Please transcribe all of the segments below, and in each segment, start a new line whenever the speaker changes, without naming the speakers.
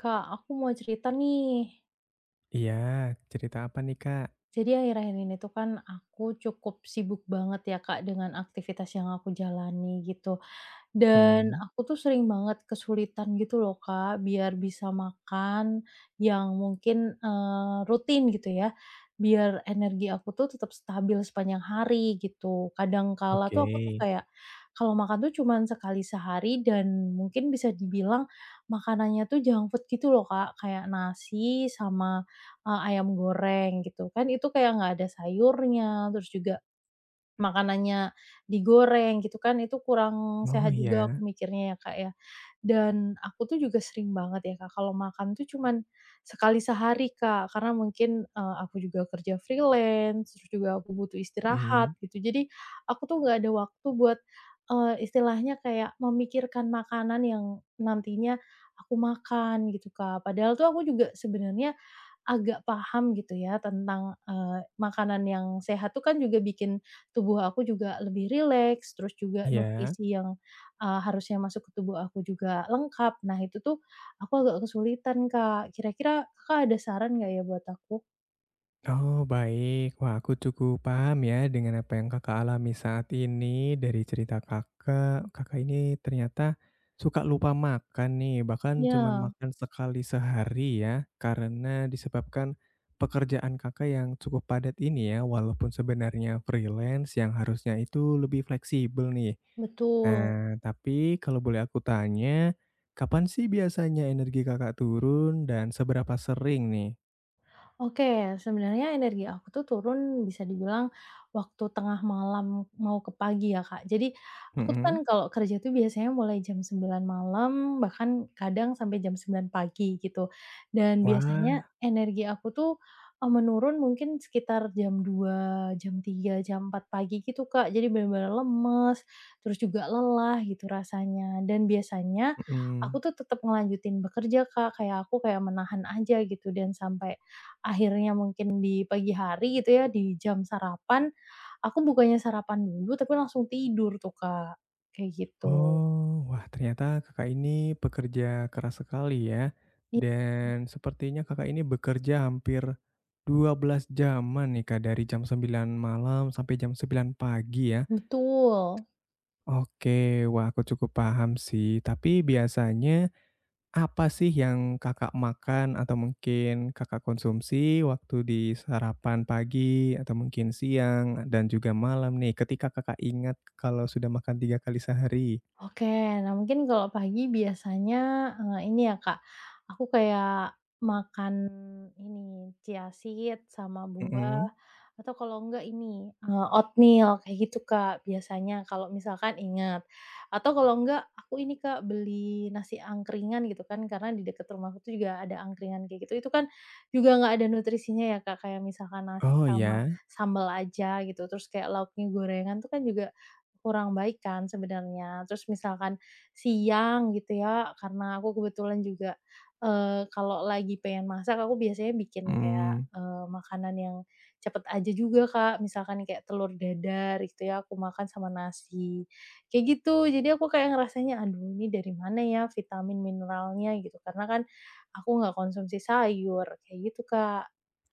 Kak, aku mau cerita nih.
Iya, cerita apa nih, Kak?
Jadi akhir-akhir ini tuh kan aku cukup sibuk banget ya Kak dengan aktivitas yang aku jalani gitu. Dan
Hmm.
aku tuh sering banget kesulitan gitu loh, Kak, biar bisa makan yang mungkin, rutin gitu ya, biar energi aku tuh tetap stabil sepanjang hari gitu. Kadang kala tuh
Oke.
aku tuh kayak kalau makan tuh cuman sekali sehari dan mungkin bisa dibilang makanannya tuh junk food gitu loh, Kak, kayak nasi sama, ayam goreng gitu kan itu kayak nggak ada sayurnya, terus juga makanannya digoreng gitu kan, itu kurang
Oh,
sehat juga
iya.
aku mikirnya ya, Kak, ya. Dan aku tuh juga sering banget ya, Kak, kalau makan tuh cuman sekali sehari, Kak, karena mungkin, aku juga kerja freelance, terus juga aku butuh istirahat
Mhm.
gitu. Jadi aku tuh nggak ada waktu buat, istilahnya kayak memikirkan makanan yang nantinya aku makan gitu, Kak. Padahal tuh aku juga sebenarnya agak paham gitu ya tentang, makanan yang sehat tuh kan juga bikin tubuh aku juga lebih rileks, terus juga
Iya.
nutrisi yang, harusnya masuk ke tubuh aku juga lengkap. Nah itu tuh aku agak kesulitan Kak. Kira-kira Kakak ada saran nggak ya buat aku?
Oh, baik. Wah, aku cukup paham ya dengan apa yang Kakak alami saat ini. Dari cerita Kakak, Kakak ini ternyata suka lupa makan nih, bahkan cuman
Iya.
makan sekali sehari ya, karena disebabkan pekerjaan Kakak yang cukup padat ini ya, walaupun sebenarnya freelance yang harusnya itu lebih fleksibel nih.
Betul.
Nah, tapi kalau boleh aku tanya, kapan sih biasanya energi Kakak turun dan seberapa sering nih?
Oke, sebenarnya energi aku tuh turun bisa dibilang waktu tengah malam mau ke pagi ya, Kak. Jadi aku tuh kan
Mhm.
kalau kerja tuh biasanya mulai jam 9 malam, bahkan kadang sampai jam 9 pagi gitu. Dan
Wah.
biasanya energi aku tuh, eh, menurun mungkin sekitar jam 2, jam 3, jam 4 pagi gitu, Kak. Jadi benar-benar lemes, terus juga lelah gitu rasanya. Dan biasanya
Mhm.
aku tuh tetap ngelanjutin bekerja, Kak. Kayak aku kayak menahan aja gitu dan sampai akhirnya mungkin di pagi hari gitu ya, di jam sarapan, aku bukannya sarapan dulu, tapi langsung tidur tuh, Kak, kayak gitu.
Oh, wah ternyata Kakak ini pekerja keras sekali ya,
Iya,
dan sepertinya Kakak ini bekerja hampir 12 jaman nih Kak, dari jam 9 malam sampai jam 9 pagi ya.
betul.
Oke, wah aku cukup paham sih. Tapi biasanya apa sih yang Kakak makan atau mungkin Kakak konsumsi waktu di sarapan pagi atau mungkin siang dan juga malam nih ketika Kakak ingat kalau sudah makan 3 kali sehari?
Oke, nah mungkin kalau pagi biasanya, ini ya Kak, aku kayak makan ini, chia seed sama buah,
Mhm.
atau kalau enggak ini, oatmeal kayak gitu Kak, biasanya kalau misalkan ingat. Atau kalau enggak aku ini Kak, beli nasi angkringan gitu kan, karena di dekat rumahku tuh juga ada angkringan kayak gitu, itu kan juga nggak ada nutrisinya ya Kak, kayak misalkan nasi
Oh
sama
ya?
sambel aja gitu, terus kayak lauknya gorengan tuh kan juga kurang baik kan sebenarnya. Terus misalkan siang gitu ya, karena aku kebetulan juga, kalau lagi pengen masak aku biasanya bikin kayak,
Mhm.
makanan yang cepet aja juga, Kak. Misalkan kayak telur dadar gitu ya, aku makan sama nasi, kayak gitu. Jadi aku kayak ngerasanya, "Aduh ini dari mana ya vitamin mineralnya?" Gitu, karena kan aku nggak konsumsi sayur, kayak gitu, Kak.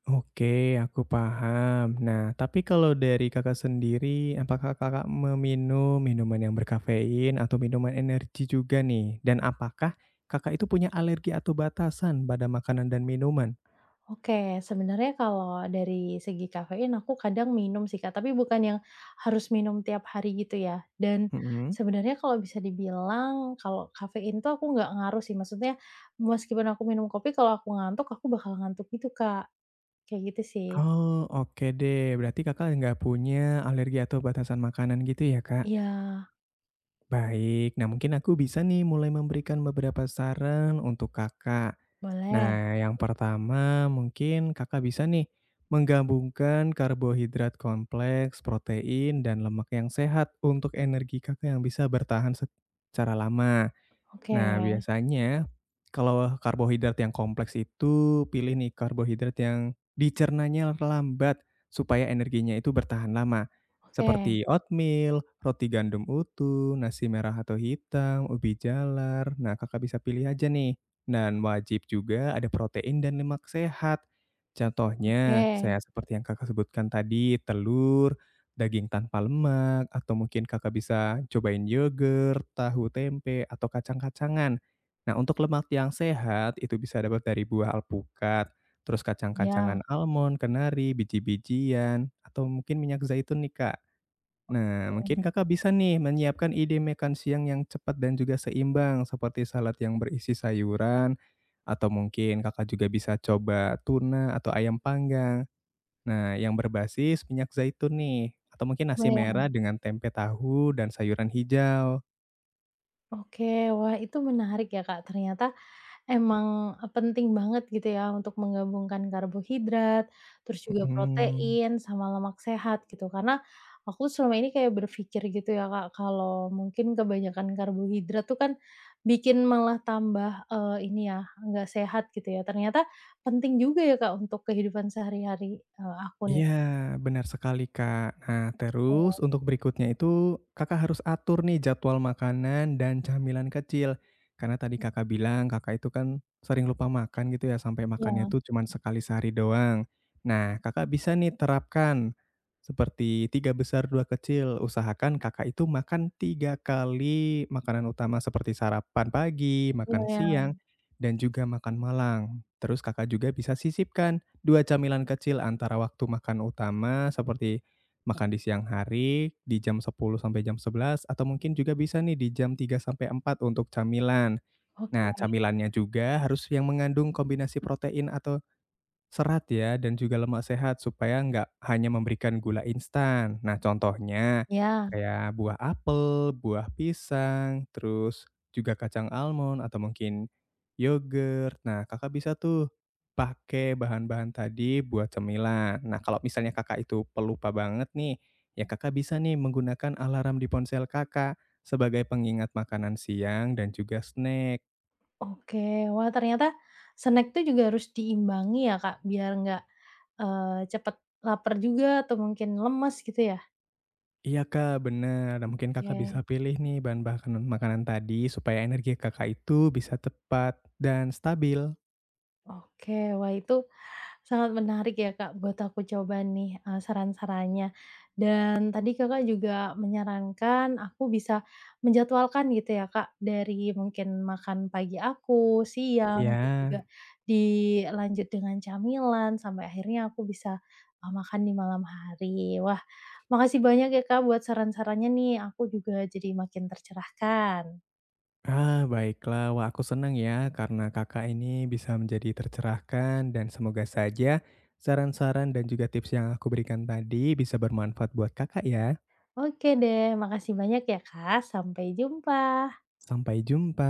Oke, aku paham. Nah, tapi kalau dari Kakak sendiri, apakah Kakak meminum minuman yang berkafein atau minuman energi juga nih? Dan apakah Kakak itu punya alergi atau batasan pada makanan dan minuman?
Oke, sebenarnya kalau dari segi kafein aku kadang minum sih Kak, tapi bukan yang harus minum tiap hari gitu ya. Dan
Mhm.
sebenarnya kalau bisa dibilang kalau kafein tuh aku nggak ngaruh sih, maksudnya meskipun aku minum kopi kalau aku ngantuk, aku bakal ngantuk gitu Kak, kayak gitu sih.
Oh, oke deh. Berarti Kakak nggak punya alergi atau batasan makanan gitu ya, Kak?
Iya,
Baik, nah mungkin aku bisa nih mulai memberikan beberapa saran untuk Kakak.
boleh.
Nah, yang pertama mungkin Kakak bisa nih menggabungkan karbohidrat kompleks, protein, dan lemak yang sehat untuk energi Kakak yang bisa bertahan secara lama.
Oke,
Nah, biasanya kalau karbohidrat yang kompleks itu pilih nih karbohidrat yang dicernanya lambat supaya energinya itu bertahan lama.
oke,
Seperti oatmeal, roti gandum utuh, nasi merah atau hitam, ubi jalar. Nah, Kakak bisa pilih aja nih. Dan wajib juga ada protein dan lemak sehat. Contohnya,
oke,
saya seperti yang Kakak sebutkan tadi, telur, daging tanpa lemak atau mungkin Kakak bisa cobain yogurt, tahu tempe, atau kacang-kacangan. Nah, untuk lemak yang sehat itu bisa dapat dari buah alpukat, terus kacang-kacangan
iya,
almond, kenari, biji-bijian, atau mungkin minyak zaitun nih, Kak. Nah,
oke.
mungkin Kakak bisa nih menyiapkan ide makan siang yang cepat dan juga seimbang seperti salad yang berisi sayuran, atau mungkin Kakak juga bisa coba tuna atau ayam panggang. Nah, yang berbasis minyak zaitun nih, atau mungkin nasi
Boleh.
merah dengan tempe tahu dan sayuran hijau.
Oke, wah itu menarik ya Kak, ternyata emang, penting banget gitu ya untuk menggabungkan karbohidrat, terus juga
Mhm.
protein sama lemak sehat gitu. Karena aku selama ini kayak berpikir gitu ya Kak, kalau mungkin kebanyakan karbohidrat tuh kan bikin malah tambah, ini ya, nggak sehat gitu ya. Ternyata penting juga ya Kak untuk kehidupan sehari-hari, aku nih.
Iya, benar sekali, Kak. Nah, terus untuk berikutnya itu Kakak harus atur nih jadwal makanan dan camilan kecil. Karena tadi Kakak bilang Kakak itu kan sering lupa makan gitu ya, sampai makannya
Iya,
tuh cuman sekali sehari doang. Nah, Kakak bisa nih terapkan seperti tiga besar dua kecil. Usahakan Kakak itu makan 3 kali makanan utama seperti sarapan pagi, makan
iya,
siang, dan juga makan malam. Terus Kakak juga bisa sisipkan 2 camilan kecil antara waktu makan utama seperti makan di siang hari di jam 10 sampai jam 11 atau mungkin juga bisa nih di jam 3 sampai 4 untuk camilan.
oke.
Nah, camilannya juga harus yang mengandung kombinasi protein atau serat ya, dan juga lemak sehat supaya nggak hanya memberikan gula instan. Nah, contohnya
Ya.
kayak buah apel, buah pisang, terus juga kacang almond atau mungkin yogurt. Nah, Kakak bisa tuh pakai bahan-bahan tadi buat cemilan. Nah, kalau misalnya Kakak itu pelupa banget nih, ya Kakak bisa nih menggunakan alarm di ponsel Kakak sebagai pengingat makanan siang dan juga snack.
Oke, wah ternyata snack tuh juga harus diimbangi ya, Kak, biar nggak, cepet lapar juga atau mungkin lemes gitu ya?
Iya Kak, bener. Nah mungkin Kakak bisa
Oke,
pilih nih bahan makanan makanan tadi supaya energi Kakak itu bisa tepat dan stabil.
oke, wah itu sangat menarik ya Kak buat aku coba nih, saran-sarannya. Dan tadi Kakak juga menyarankan aku bisa menjadwalkan gitu ya Kak, dari mungkin makan pagi aku, siang,
Iya.
terus juga dilanjut dengan camilan, sampai akhirnya aku bisa, makan di malam hari. Wah, makasih banyak ya Kak buat saran-sarannya nih, aku juga jadi makin tercerahkan.
Ah, baiklah. Wah aku senang ya karena Kakak ini bisa menjadi tercerahkan dan semoga saja saran-saran dan juga tips yang aku berikan tadi bisa bermanfaat buat Kakak ya.
Oke deh, makasih banyak ya Kak, sampai jumpa.
Sampai jumpa.